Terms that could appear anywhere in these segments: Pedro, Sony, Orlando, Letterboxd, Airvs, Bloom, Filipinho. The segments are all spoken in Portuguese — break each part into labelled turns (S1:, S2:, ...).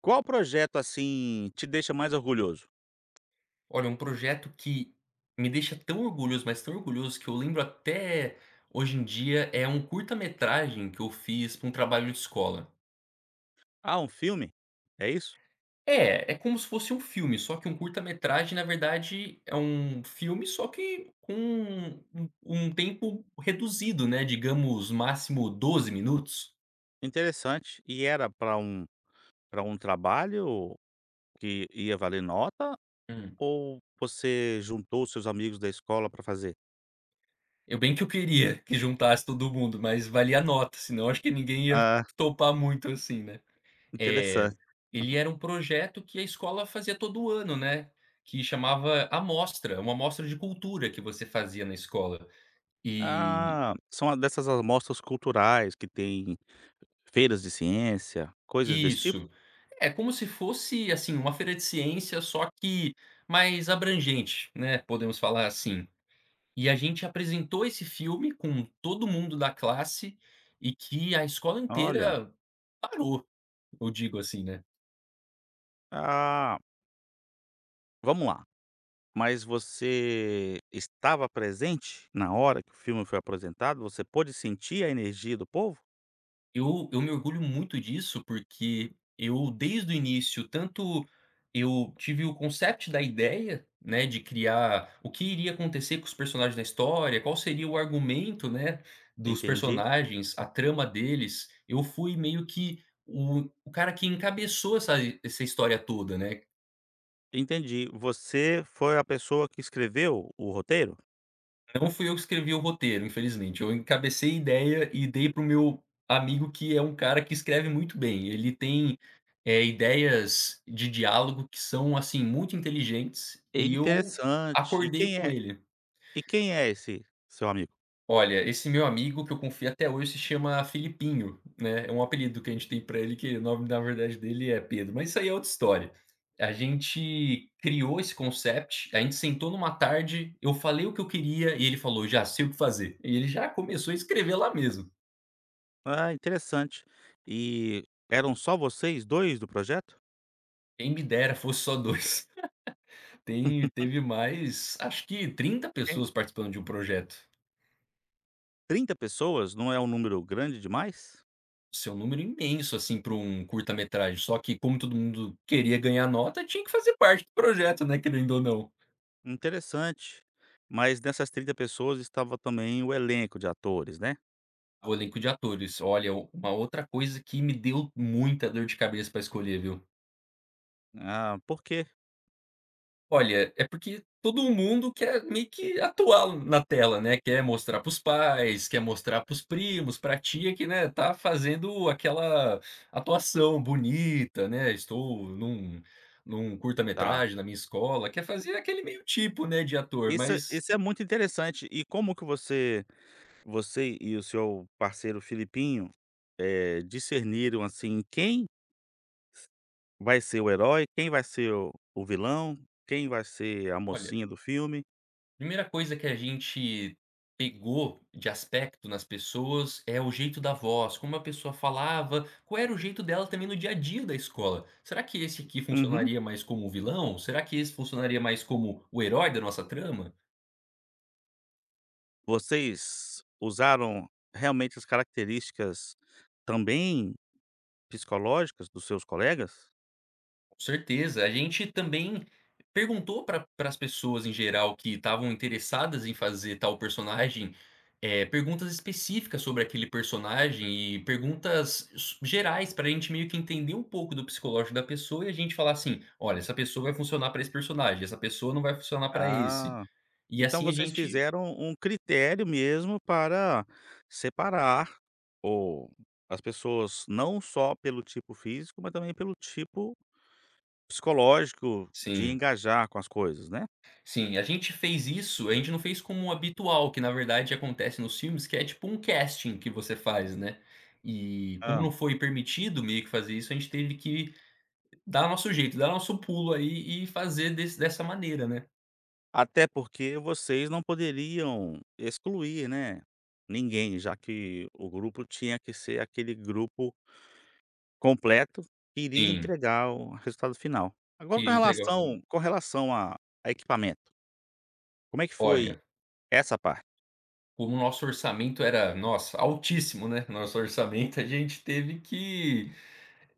S1: Qual projeto, assim, te deixa mais orgulhoso?
S2: Olha, um projeto que me deixa tão orgulhoso, mas tão orgulhoso, que eu lembro até hoje em dia, é um curta-metragem que eu fiz para um trabalho de escola.
S1: "Ah, um filme? É isso?
S2: É. É como se fosse um filme, só que um curta-metragem, na verdade, é um filme, só que com um tempo reduzido, né, digamos, máximo 12 minutos.
S1: Interessante". E era para um trabalho que ia valer nota,
S2: Hum.
S1: ou você juntou os seus amigos da escola para fazer?
S2: Eu bem que eu queria que juntasse todo mundo, mas valia a nota, senão acho que ninguém ia
S1: Ah,
S2: topar muito assim, né. Eh,
S1: interessante.
S2: ele era um projeto que a escola fazia todo ano, né, que chamava amostra, uma amostra de cultura que você fazia na escola. E
S1: Ah, são a dessas amostras culturais que tem feiras de ciência, coisas desse tipo?
S2: Isso. É como se fosse, assim, uma feira de ciência, só que mais abrangente, né, podemos falar assim. E a gente apresentou esse filme com todo mundo da classe e que a escola
S1: Olha,
S2: inteira parou, eu digo assim, né.
S1: ah, vamos lá, mas você estava presente na hora que o filme foi apresentado? Você pôde sentir a energia do povo?
S2: Eu me orgulho muito disso, porque eu desde o início, tanto eu tive o concept da ideia, né, de criar o que iria acontecer com os personagens da história, qual seria o argumento, né, dos
S1: Entendi,
S2: personagens, a trama deles. Eu fui meio que o cara que encabeçou essa história toda, né.
S1: entendi. Você foi a pessoa que escreveu o roteiro?
S2: Não fui eu que escrevi o roteiro, infelizmente. Eu encabecei a ideia e dei para o meu amigo, que é um cara que escreve muito bem. Ele tem, ideias de diálogo que são, assim, muito inteligentes e eu
S1: Interessante. E
S2: acordei
S1: quem
S2: com
S1: é
S2: ele.
S1: esse seu amigo?
S2: Olha, esse meu amigo que eu confio até hoje se chama Filipinho, né, é um apelido que a gente tem pra ele que o nome na verdade dele é Pedro, mas isso aí é outra história. A gente criou esse concept, a gente sentou numa tarde, eu falei o que eu queria e ele falou: "Já sei o que fazer". E ele já começou a escrever lá mesmo.
S1: Ah, interessante. E eram só vocês 2 do projeto?
S2: Quem me dera fosse só 2. Tem teve mais, acho que trinta
S1: Tem
S2: pessoas participando de um projeto.
S1: 30 pessoas, não é um número grande demais?
S2: Seu número imenso, assim, para um curta-metragem, só que como todo mundo queria ganhar nota, tinha que fazer parte do projeto, né, querendo ou não.
S1: Interessante. Mas nessas 30 pessoas estava também o elenco de atores, né?
S2: O elenco de atores, olha, uma outra coisa que me deu muita dor de cabeça para escolher, viu?
S1: Ah, por quê?
S2: Olha, é porque todo mundo quer meio que atuar na tela, né, quer mostrar para os pais, quer mostrar para os primos, para a tia que, né, tá fazendo aquela atuação bonita, né, estou num
S1: Tá.
S2: curta-metragem na minha escola, quer fazer aquele meio tipo, né, de ator,
S1: Isso
S2: mas
S1: isso é muito interessante. E como que você Você e o seu parceiro Filipinho, discerniram, assim, quem vai ser o herói, quem vai ser o vilão, quem vai ser a
S2: olha.
S1: mocinha do filme?
S2: Primeira coisa que a gente pegou de aspecto nas pessoas é o jeito da voz, como a pessoa falava, qual era o jeito dela também no dia a dia da escola. Será que esse aqui
S1: Uhum.
S2: funcionaria mais como o vilão? Será que esse funcionaria mais como o herói da nossa trama?
S1: Vocês usaram realmente as características também psicológicas dos seus colegas?
S2: Certeza. A gente também perguntou pra para as pessoas em geral que estavam interessadas em fazer tal personagem, perguntas específicas sobre aquele personagem e perguntas s gerais para a gente meio que entender um pouco do psicológico da pessoa e a gente falar assim: "Olha, essa pessoa vai funcionar para esse personagem, essa pessoa não vai funcionar para esse".
S1: Ah,
S2: E
S1: então
S2: assim a
S1: vocês
S2: gente.
S1: fizeram um critério mesmo para separar o as pessoas não só pelo tipo físico, mas também pelo tipo psicológico de
S2: Sim.
S1: engajar com as coisas, né.
S2: Sim, a gente fez isso, a gente não fez como o habitual, que na verdade acontece nos filmes, que é tipo um casting que você faz, né. E como
S1: Hã.
S2: não foi permitido meio que fazer isso, a gente teve que dar nosso jeito, dar nosso pulo aí e fazer desse dessa maneira, né.
S1: Até porque vocês não poderiam excluir, né, ninguém, já que o grupo tinha que ser aquele grupo completo que iria
S2: Sim,
S1: entregar o resultado final.
S2: que
S1: Agora com
S2: entregou.
S1: relação a equipamento, como é que foi
S2: Olha,
S1: essa parte?
S2: como o nosso orçamento era, nossa, altíssimo, né, nosso orçamento, a gente teve que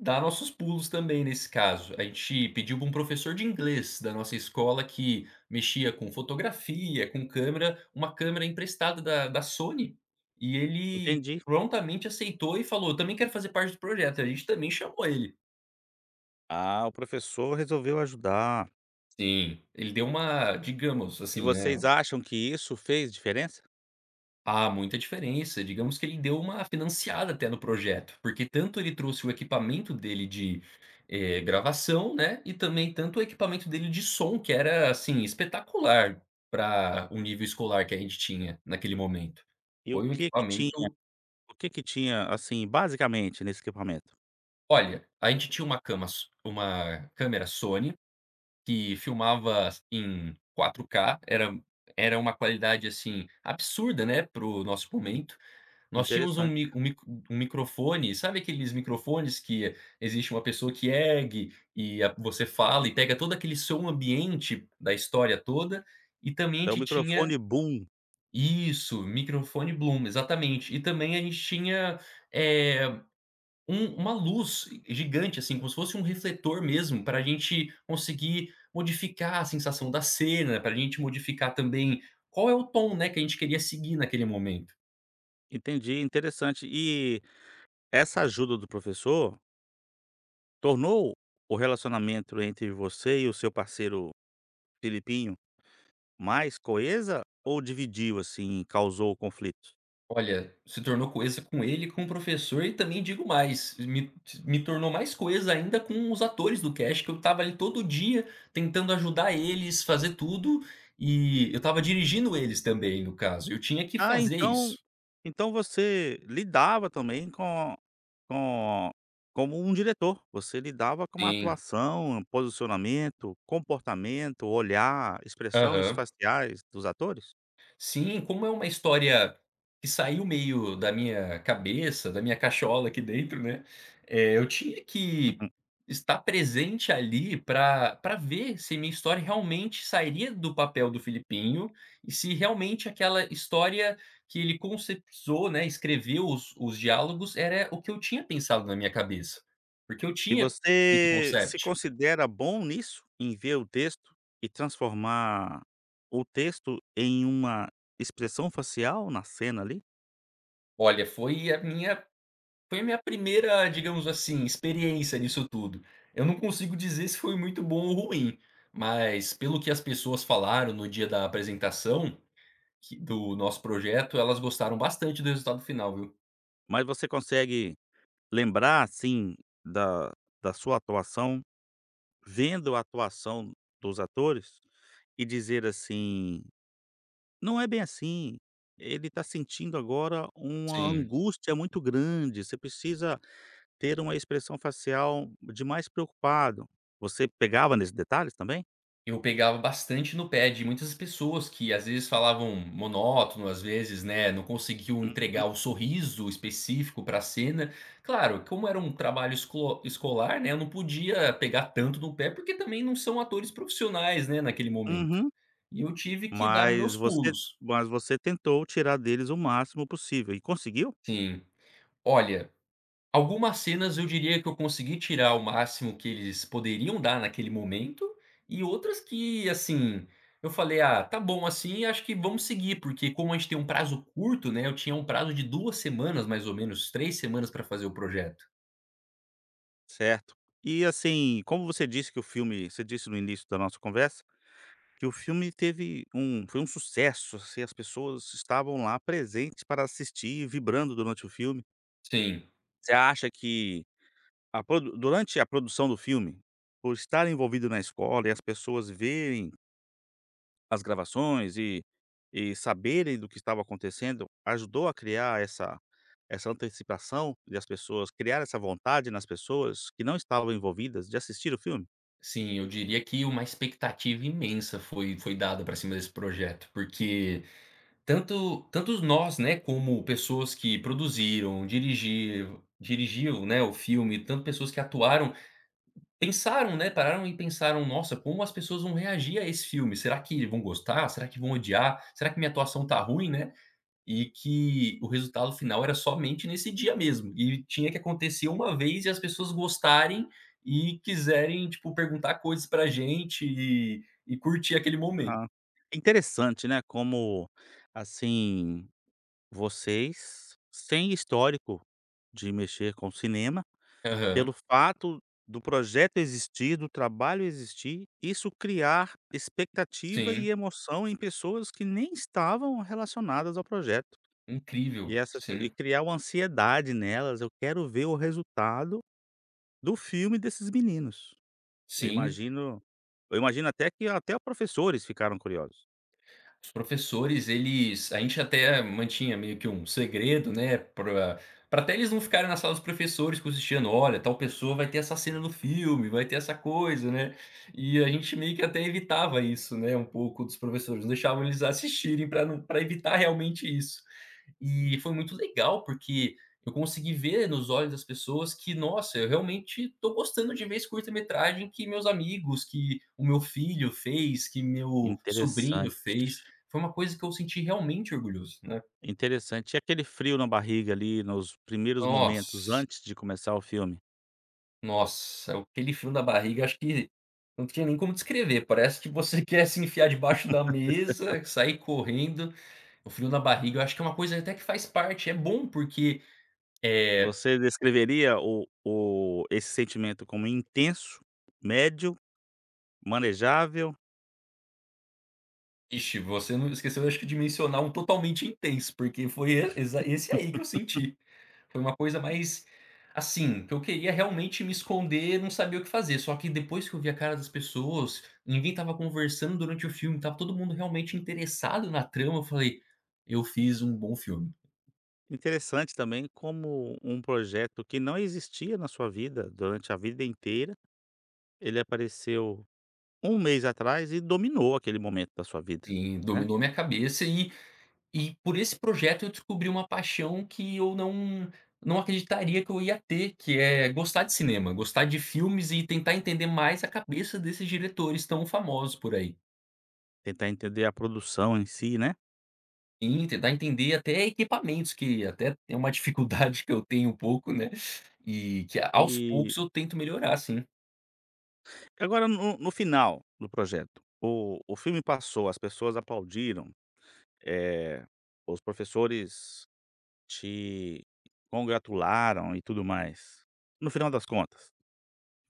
S2: dá nossos pulos também nesse caso. A gente pediu para um professor de inglês da nossa escola que mexia com fotografia, com câmera, uma câmera emprestada da Sony, e ele
S1: Entendi.
S2: prontamente aceitou e falou: "Eu também quero fazer parte do projeto", a gente também chamou ele.
S1: Ah, o professor resolveu ajudar.
S2: Sim, ele deu uma digamos
S1: E
S2: assim, né.
S1: vocês acham que isso fez diferença?
S2: Há muita diferença. Digamos que ele deu uma financiada até no projeto, porque tanto ele trouxe o equipamento dele de, gravação, né, e também tanto o equipamento dele de som, que era, assim, espetacular para o nível escolar que a gente tinha naquele momento.
S1: E
S2: Foi um equipamento.
S1: o que que tinha, assim, basicamente nesse equipamento?
S2: Olha, a gente tinha uma cama so uma câmera Sony que filmava em 4K, era uma qualidade, assim, absurda, né, para o nosso momento. Nós tínhamos um mi
S1: Interessante.
S2: um mic um microfone, sabe aqueles microfones que existe uma pessoa que ergue e a você fala e pega todo aquele som ambiente da história toda, e também a
S1: É o
S2: gente tinha
S1: microfone boom.
S2: isso, microfone Bloom, exatamente. E também a gente tinha, eh, uma luz gigante, assim, como se fosse um refletor mesmo, para a gente conseguir modificar a sensação da cena, para a gente modificar também qual é o tom, né, que a gente queria seguir naquele momento.
S1: Entendi, interessante. E essa ajuda do professor tornou o relacionamento entre você e o seu parceiro Filipinho mais coesa ou dividiu, assim, causou conflitos?
S2: Olha, se tornou coesa com ele, com o professor e também digo mais, me tornou mais coesa ainda com os atores do cast, que eu estava ali todo dia tentando ajudar eles, fazer tudo, e eu estava dirigindo eles também, no caso, eu tinha que
S1: Ah,
S2: fazer
S1: então
S2: isso.
S1: você lidava também com como um diretor, você lidava com a
S2: Sim.
S1: atuação, posicionamento, comportamento, olhar, expressões
S2: Aham.
S1: faciais dos atores?
S2: Sim, como é uma história que saiu meio da minha cabeça, da minha cachola aqui dentro, né, eu tinha que estar presente ali para ver se minha história realmente sairia do papel do Filipinho e se realmente aquela história que ele conceptualizou, né, escreveu os diálogos, era o que eu tinha pensado na minha cabeça, porque eu
S1: E
S2: tinha feito o
S1: você se
S2: concept.
S1: considera bom nisso? Em ver o texto e transformar o texto em uma expressão facial na cena ali?
S2: Olha, foi a minha primeira, digamos assim, experiência nisso tudo. Eu não consigo dizer se foi muito bom ou ruim, mas pelo que as pessoas falaram no dia da apresentação, que do nosso projeto, elas gostaram bastante do resultado final, viu.
S1: Mas você consegue lembrar, assim, da sua atuação, vendo a atuação dos atores e dizer assim: "Não é bem assim, ele está sentindo agora uma
S2: Sim.
S1: angústia muito grande, você precisa ter uma expressão facial de mais preocupado". Você pegava nesses detalhes também?
S2: Eu pegava bastante no pé de muitas pessoas que às vezes falavam monótono, às vezes, né, não conseguiu
S1: Uhum,
S2: entregar o sorriso específico para a cena. Claro, como era um trabalho esclo escolar, né, eu não podia pegar tanto no pé, porque também não são atores profissionais, né, naquele momento.
S1: uhum.
S2: E eu tive que dar meus
S1: Mas você
S2: pulos.
S1: mas você tentou tirar deles o máximo possível e conseguiu?
S2: Sim. Olha. Algumas cenas eu diria que eu consegui tirar o máximo que eles poderiam dar naquele momento, e outras que, assim, eu falei: "Ah, tá bom assim, acho que vamos seguir", porque como a gente tem um prazo curto, né, eu tinha um prazo de 2 semanas mais ou menos, 3 semanas para fazer o projeto.
S1: Certo. E, assim, como você disse que o filme você disse no início da nossa conversa, que o filme teve foi um sucesso, assim, as pessoas estavam lá presentes para assistir, vibrando durante o filme.
S2: Sim,
S1: Você acha que a produ durante a produção do filme, por estar envolvido na escola e as pessoas verem as gravações e saberem do que estava acontecendo ajudou a criar essa antecipação das pessoas, criar essa vontade nas pessoas que não estavam envolvidas de assistir o filme?
S2: sim, eu diria que uma expectativa imensa foi dada para cima desse projeto, porque tantos nós, né, como pessoas que produziram, dirigir dirigiu, né, o filme, tanto pessoas que atuaram. Pensaram, né, pararam e pensaram: "Nossa, como as pessoas vão reagir a esse filme? Será que vão gostar? Será que vão odiar? Será que minha atuação tá ruim, né?" E que o resultado final era somente nesse dia mesmo, e tinha que acontecer uma vez e as pessoas gostarem e quiserem, tipo, perguntar coisas pra gente e curtir aquele momento.
S1: Ah, é interessante, né, como, assim, vocês, sem histórico de mexer com cinema,
S2: Aham.
S1: pelo fato do projeto existir, do trabalho existir, isso criar expectativa e
S2: Sim,
S1: emoção em pessoas que nem estavam relacionadas ao projeto. E
S2: incrível.
S1: essas pe-
S2: Sim,
S1: e criar uma ansiedade nelas, eu quero ver o resultado do filme desses meninos. Eu
S2: sim.
S1: imagino até que até professores ficaram curiosos.
S2: Os professores, eles a gente até mantinha meio que um segredo, né, pra até eles não ficarem na sala dos professores cochichando: "Olha, tal pessoa vai ter essa cena no filme, vai ter essa coisa", né. E a gente meio que até evitava isso, né, um pouco dos professores, não deixavam eles assistirem para não para evitar realmente isso. E foi muito legal, porque eu consegui ver nos olhos das pessoas que: "Nossa, eu realmente tô gostando de ver esse curta-metragem que meus amigos, que o meu filho fez, que meu sobrinho
S1: Interessante,
S2: fez". Foi uma coisa que eu senti realmente orgulhoso, né.
S1: interessante. E aquele frio na barriga ali nos primeiros momentos
S2: Nossa,
S1: antes de começar o filme,
S2: nossa, aquele frio na barriga acho que não tinha nem como descrever, parece que você quer se enfiar debaixo da mesa, sair correndo, o frio na barriga eu acho que é uma coisa até que faz parte, é bom porque, eh,
S1: você descreveria o esse sentimento como intenso, médio, manejável?
S2: vixe, você não esqueceu acho que de mencionar um totalmente intenso, porque foi e exa esse aí que eu senti. Foi uma coisa mais, assim, que eu queria realmente me esconder, não sabia o que fazer, só que depois que eu vi a cara das pessoas, ninguém estava conversando durante o filme, estava todo mundo realmente interessado na trama, eu falei: "Eu fiz um bom filme".
S1: Interessante também como um projeto que não existia na sua vida durante a vida inteira. Ele apareceu um mês atrás e dominou aquele momento da sua vida,
S2: Sim,
S1: né.
S2: dominou minha cabeça e por esse projeto eu descobri uma paixão que eu não acreditaria que eu ia ter, que é gostar de cinema, gostar de filmes e tentar entender mais a cabeça desses diretores tão famosos por aí.
S1: Tentar entender a produção em si, né.
S2: Sim, tentar entender até equipamentos, que até é uma dificuldade que eu tenho um pouco, né, e que aos
S1: E
S2: poucos eu tento melhorar sim.
S1: agora no final do projeto, o filme passou, as pessoas aplaudiram, eh, os professores te congratularam e tudo mais. No final das contas,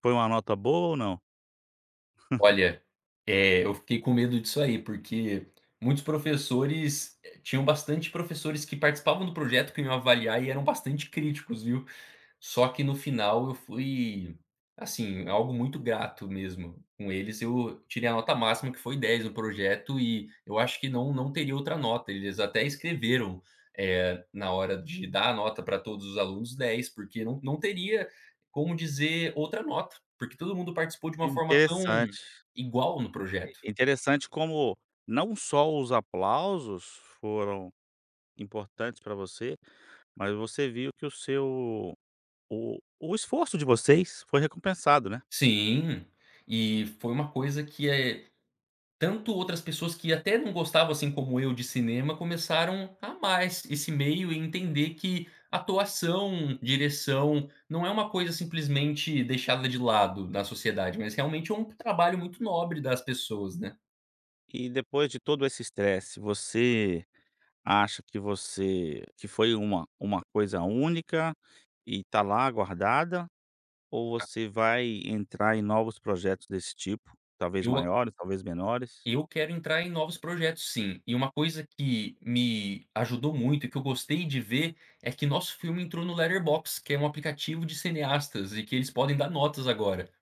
S1: foi uma nota boa ou não?
S2: Olha, eu fiquei com medo disso aí, porque muitos professores tinham bastante professores que participavam do projeto, que iam avaliar e eram bastante críticos, viu. Só que no final eu fui, assim, algo muito grato mesmo com eles, eu tirei a nota máxima que foi 10 no projeto e eu acho que não teria outra nota, eles até escreveram, na hora de dar a nota para todos os alunos 10 porque não teria como dizer outra nota, porque todo mundo participou de uma forma tão
S1: Interessante.
S2: igual no projeto.
S1: Interessante como não só os aplausos foram importantes para você. Mas você viu que o seu o esforço de vocês foi recompensado, né.
S2: Sim, e foi uma coisa que é. Tanto outras pessoas que até não gostavam, assim como eu, de cinema, começaram a amar esse meio e entender que atuação, direção, não é uma coisa simplesmente deixada de lado na sociedade, mas realmente é um trabalho muito nobre das pessoas, né.
S1: E depois de todo esse estresse, você acha que foi uma coisa única e tá lá guardada, ou você vai entrar em novos projetos desse tipo, talvez
S2: Eu a
S1: maiores, talvez menores?
S2: eu quero entrar em novos projetos sim, e uma coisa que me ajudou muito e que eu gostei de ver, é que nosso filme entrou no Letterboxd, que é um aplicativo de cineastas e que eles podem dar notas agora.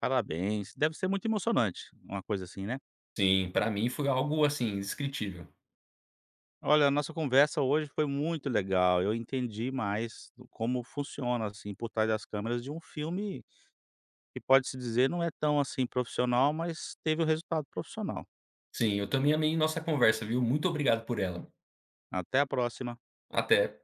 S1: Parabéns, deve ser muito emocionante uma coisa assim, né.
S2: Sim, pra mim foi algo, assim, indescritível.
S1: Olha, a nossa conversa hoje foi muito legal, eu entendi mais do como funciona, assim, por trás das câmeras de um filme que pode-se dizer não é tão, assim, profissional, mas teve o resultado profissional.
S2: Sim, eu também amei nossa conversa, viu. Muito obrigado por ela.
S1: Até a próxima.
S2: Até.